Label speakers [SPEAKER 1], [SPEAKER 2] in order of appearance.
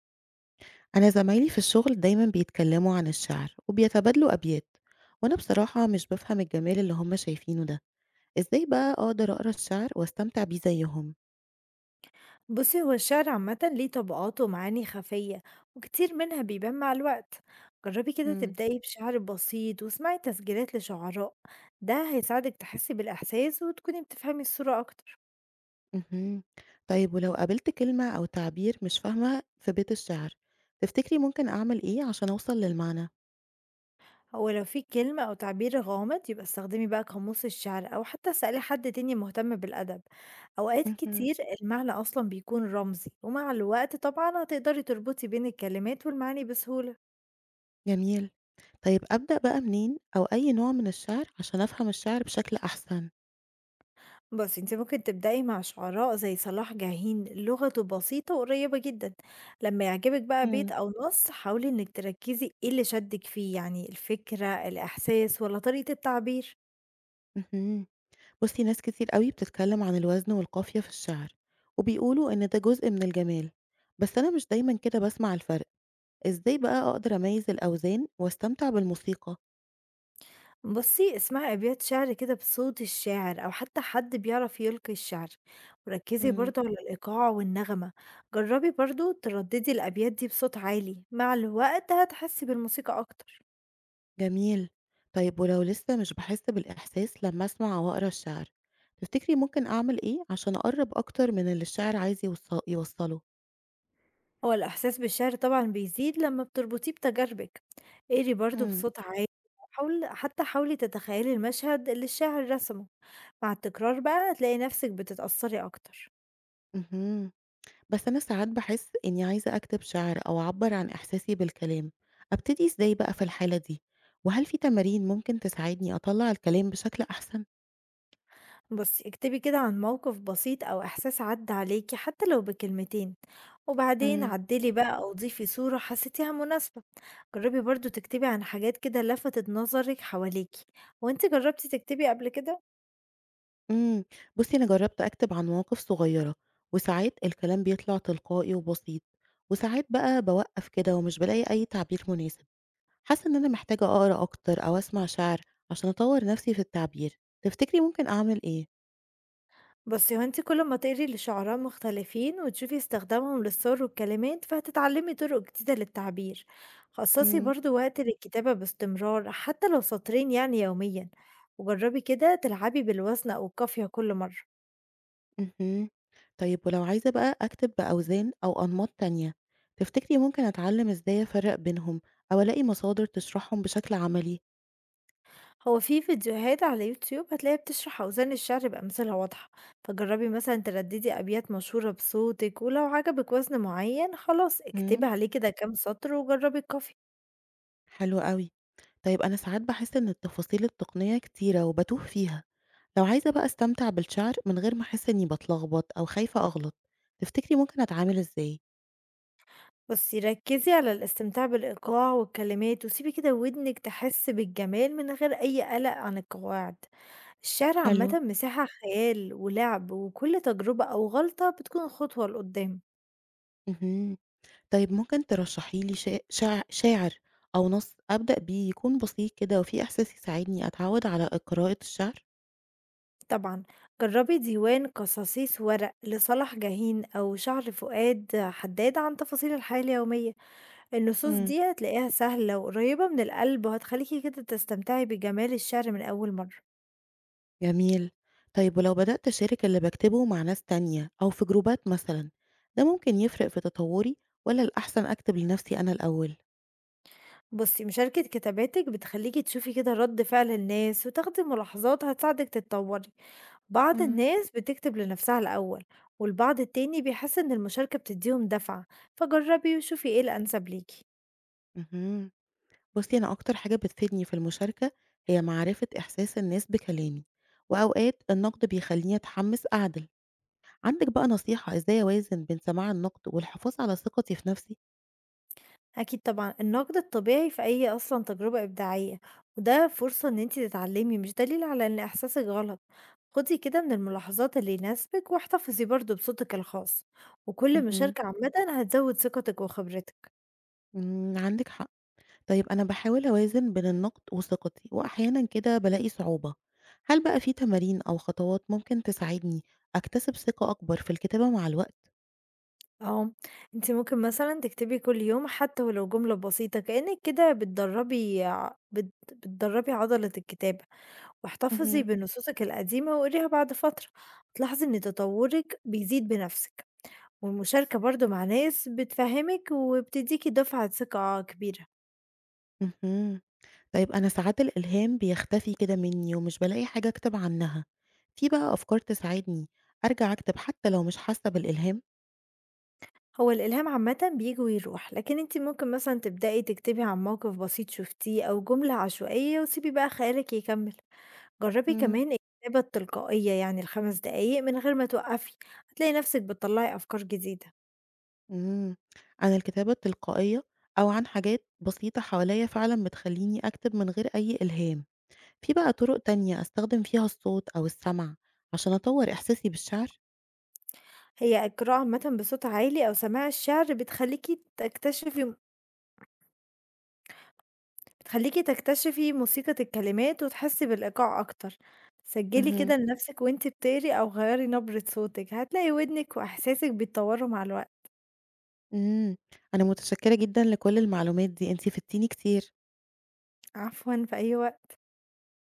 [SPEAKER 1] أنا زمايلي في الشغل دايما بيتكلموا عن الشعر وبيتبادلوا أبيات، وأنا بصراحة مش بفهم الجمال اللي هم شايفينه ده. إزاي بقى أقدر أقرأ الشعر وأستمتع بيه زيهم؟
[SPEAKER 2] بصي، هو الشعر عامة ليه طبقات ومعاني خفية، وكتير منها بيبان مع الوقت. جربي كده
[SPEAKER 1] مم.
[SPEAKER 2] تبدأي بشعر بسيط واسمعي تسجيلات لشعراء، ده هيساعدك تحسي بالإحساس وتكوني بتفهمي الصورة أكتر.
[SPEAKER 1] مهم. طيب ولو قابلت كلمة أو تعبير مش فاهمة في بيت الشعر، تفتكري ممكن أعمل إيه عشان أوصل للمعنى؟
[SPEAKER 2] هو لو في كلمة أو تعبير غامض يبقى استخدمي بقى قاموس الشعر أو حتى اسألي حد تاني مهتم بالأدب. أوقات
[SPEAKER 1] مهم.
[SPEAKER 2] كتير المعنى أصلا بيكون رمزي، ومع الوقت طبعا هتقدري تربطي بين الكلمات والمعاني بسهولة.
[SPEAKER 1] جميل. طيب أبدأ بقى منين أو أي نوع من الشعر عشان أفهم الشعر بشكل أحسن؟
[SPEAKER 2] بصي، انت ممكن تبدأي مع شعراء زي صلاح جاهين، لغته بسيطة وقريبة جدا. لما يعجبك بقى بيت
[SPEAKER 1] مم.
[SPEAKER 2] أو نص حاولي انك تركزي ايه اللي شدك فيه، يعني الفكرة، الإحساس، ولا طريقة التعبير.
[SPEAKER 1] مهم. بُصّي، ناس كتير أوي بتتكلم عن الوزن والقافية في الشعر، وبيقولوا إن ده جزء من الجمال، بس أنا مش دايمًا كده باسمع الفرق، إزاي بقى أقدر أميّز الأوزان واستمتع بالموسيقى؟
[SPEAKER 2] بصي، اسمعي أبيات شعر كده بصوت الشاعر أو حتى حد بيعرف يلقي الشعر، وركزي
[SPEAKER 1] إمم.
[SPEAKER 2] برضو على الإيقاع والنغمة. جربي برضو ترددي الأبيات دي بصوت عالي، مع الوقت هتحسي بالموسيقى أكتر.
[SPEAKER 1] جميل، طيب ولو لسه مش باحس بالإحساس لمّا أسمع أو أقرا الشعر، تفتكري ممكن أعمل إيه عشان أقرّب أكتر من اللي الشاعر عايز يوصّله؟
[SPEAKER 2] هو الإحساس بالشعر طبعًا بيزيد لمّا بتربطيه بتجاربِك، اقري برضه
[SPEAKER 1] إمم.
[SPEAKER 2] بصوت عالي. حاولي تتخيلي المشهد اللي الشاعر رسمه، مع التكرار بقى هتلاقي نفسِك بتتأثري أكتر.
[SPEAKER 1] اهم. بس أنا ساعات باحس إني عايزة أكتب شعر أو أعبّر عن إحساسي بالكلام، أبتدي إزاي بقى في الحالة دي؟ وهل في تمارين ممكن تساعدني أطلّع الكلام بشكل أحسن؟
[SPEAKER 2] بُصي، اكتبي كده عن موقف بسيط أو إحساس عدّى عليكِ حتى لو بكلمتين، وبعدين
[SPEAKER 1] امم.
[SPEAKER 2] عدّلي بقى أو ضيفي صورة حسيتيها مناسبة. جربي برضه تكتبي عن حاجات كده لفتت نظرِك حواليكِ. هو أنتِ جربتِ تكتبي قبل كده؟
[SPEAKER 1] إمم، بُصّي أنا جرّبت أكتب عن مواقف صغيّرة، وساعات الكلام بيطلع تلقائي وبسيط، وساعات بقى باوقّف كده ومش بالاقي أي تعبير مناسب، حاسة إن أنا محتاجة أقرا أكتر أو أسمع شعر عشان أطوّر نفسي في التعبير، تفتكري ممكن أعمل إيه؟
[SPEAKER 2] بُصّي، هو أنتِ كل ما تقري لشعراء مختلفين وتشوفي استخدامهم للصور والكلمات، فهتتعلمي طرق جديدة للتعبير. خصّصي
[SPEAKER 1] إمم.
[SPEAKER 2] برضه وقت للكتابة باستمرار حتى لو سطرين يعني يوميًا، وجرّبي كده تلعبي بالوزن أو القافية كل مرة.
[SPEAKER 1] اهم. طيب ولو عايزة بقى أكتب بأوزان أو أنماط تانية، تفتكري ممكن أتعلم إزاي أفرّق بينهم أو ألاقي مصادر تشرحهم بشكل عملي؟
[SPEAKER 2] هو في فيديوهات على يوتيوب هتلاقيها بتشرح أوزان الشعر بأمثلة واضحة، فجرّبي مثلًا ترددي أبيات مشهورة بصوتِك، ولو عجبِك وزن معين خلاص
[SPEAKER 1] امم.
[SPEAKER 2] اكتبي عليه كده كام سطر وجرّبي القافية.
[SPEAKER 1] حلو أوي. طيب أنا ساعات باحس إن التفاصيل التقنية كتيرة وباتوه فيها، لو عايزة بقى أستمتع بالشعر من غير ما أحس إني باتلخبط أو خايفة أغلط، تفتكري ممكن أتعامل إزاي؟
[SPEAKER 2] بُصي، ركّزي على الاستمتاع بالإيقاع والكلمات، وسيبي كده ودنِك تحس بالجمال من غير أي قلق عن القواعد. الشعر عامةً
[SPEAKER 1] حلو.
[SPEAKER 2] مساحة خيال ولعب، وكل تجربة أو غلطة بتكون خطوة لقدام.
[SPEAKER 1] اهم. طيب ممكن ترشحي لي شا شاع شاعر أو نص أبدأ بيه يكون بسيط كده وفيه إحساس يساعدني أتعود على قراءة الشعر؟
[SPEAKER 2] طبعًا جربي ديوان قصاصيس ورق لصلاح جاهين أو شعر فؤاد حداد عن تفاصيل الحياة اليومية. النصوص
[SPEAKER 1] إمم،
[SPEAKER 2] دي هتلاقيها سهلة وقريبة من القلب، وهتخليكِ كده تستمتعي بجمال الشعر من أول مرة.
[SPEAKER 1] جميل. طيب ولو بدأت أشارك اللي باكتبه مع ناس تانية أو في جروبات مثلًا، ده ممكن يفرق في تطوّري والّا الأحسن أكتب لنفسي أنا الأول؟
[SPEAKER 2] بُصّي، مشاركة كتاباتِك بتخلّيكِ تشوفي كده رَد فعل الناس وتاخدي ملاحظات هتساعدِك تتطوّري. بعض
[SPEAKER 1] إمم.
[SPEAKER 2] الناس بتكتب لنفسها الأول، والبعض التاني بيحس إن المشاركة بتدّيهم دفعة، فجرّبي وشوفي إيه الأنسب ليكِ.
[SPEAKER 1] اهم. بُصّي، أنا أكتر حاجة بتفيدني في المشاركة هي معرفة إحساس الناس بكلامي، وأوقات النقد بيخلّيني أتحمس أعدل. عندِك بقى نصيحة إزاي أوازن بين سماع النقد والحفاظ على ثقتي في نفسي؟
[SPEAKER 2] أكيد طبعًا النقد الطبيعي في أي أصلًا تجربة إبداعية، وده فرصة إن أنتِ تتعلّمي مش دليل على إن إحساسِك غلط. خُدي كده من الملاحظات اللي يناسبِك واحتفظي برضه بصوتِك الخاص، وكل
[SPEAKER 1] اهم.
[SPEAKER 2] مشاركة عامةً هتزوّد ثقتِك وخبرتِك.
[SPEAKER 1] إمم، عندِك حق. طيب أنا باحاول أوازن بين النقد وثقتي، وأحيانًا كده بالاقي صعوبة. هل بقى في تمارين أو خطوات ممكن تساعدني أكتسب ثقة أكبر في الكتابة مع الوقت؟
[SPEAKER 2] آه، أنتِ ممكن مثلًا تكتبي كل يوم حتى ولو جملة بسيطة، كأنِك كده بتدرّبي ع بت بتدرّبي عضلة الكتابة، واحتفظي
[SPEAKER 1] مهم.
[SPEAKER 2] بنصوصِك القديمة وقريها بعد فترة، هتلاحظي إن تطوّرِك بيزيد بنفسِك، والمشاركة برضه مع ناس بتفهّمِك وبتدّيكِ دفعة ثقة كبيرة.
[SPEAKER 1] اهم. طيب أنا ساعات الإلهام بيختفي كده مني ومش بالاقي حاجة أكتب عنها. في بقى أفكار تساعدني أرجع أكتب حتى لو مش حاسة بالإلهام؟
[SPEAKER 2] هو الإلهام عامةً بييجي ويروح، لكن أنتِ ممكن مثلًا تبدئي تكتبي عن موقف بسيط شُفتيه أو جملة عشوائية وسيبي بقى خيالِك يكمّل. جربي
[SPEAKER 1] مم.
[SPEAKER 2] كمان الكتابة التلقائية يعني ال5 دقايق من غير ما توقفي، هتلاقي نفسك بتطلعي أفكار جديدة.
[SPEAKER 1] إمم. أنا الكتابة التلقائية أو عن حاجات بسيطة حواليّا فعلًا بتخلّيني أكتب من غير أي إلهام. في بقى طرق تانية أستخدم فيها الصوت أو السمع عشان أطور إحساسي بالشعر؟
[SPEAKER 2] هي القراءة عامة بصوت عالي أو سماع الشعر بتخليكي تكتشفي موسيقى الكلمات وتحسي بالإيقاع أكتر. سجلي
[SPEAKER 1] مهم.
[SPEAKER 2] كده لنفسك وانت بتقري أو غيري نبرة صوتك، هتلاقي ودنك وإحساسك بيتطوروا مع الوقت.
[SPEAKER 1] امم. أنا متشكرة جدًا لكل المعلومات دي، أنتِ فدتيني كتير.
[SPEAKER 2] عفوا، في أي وقت.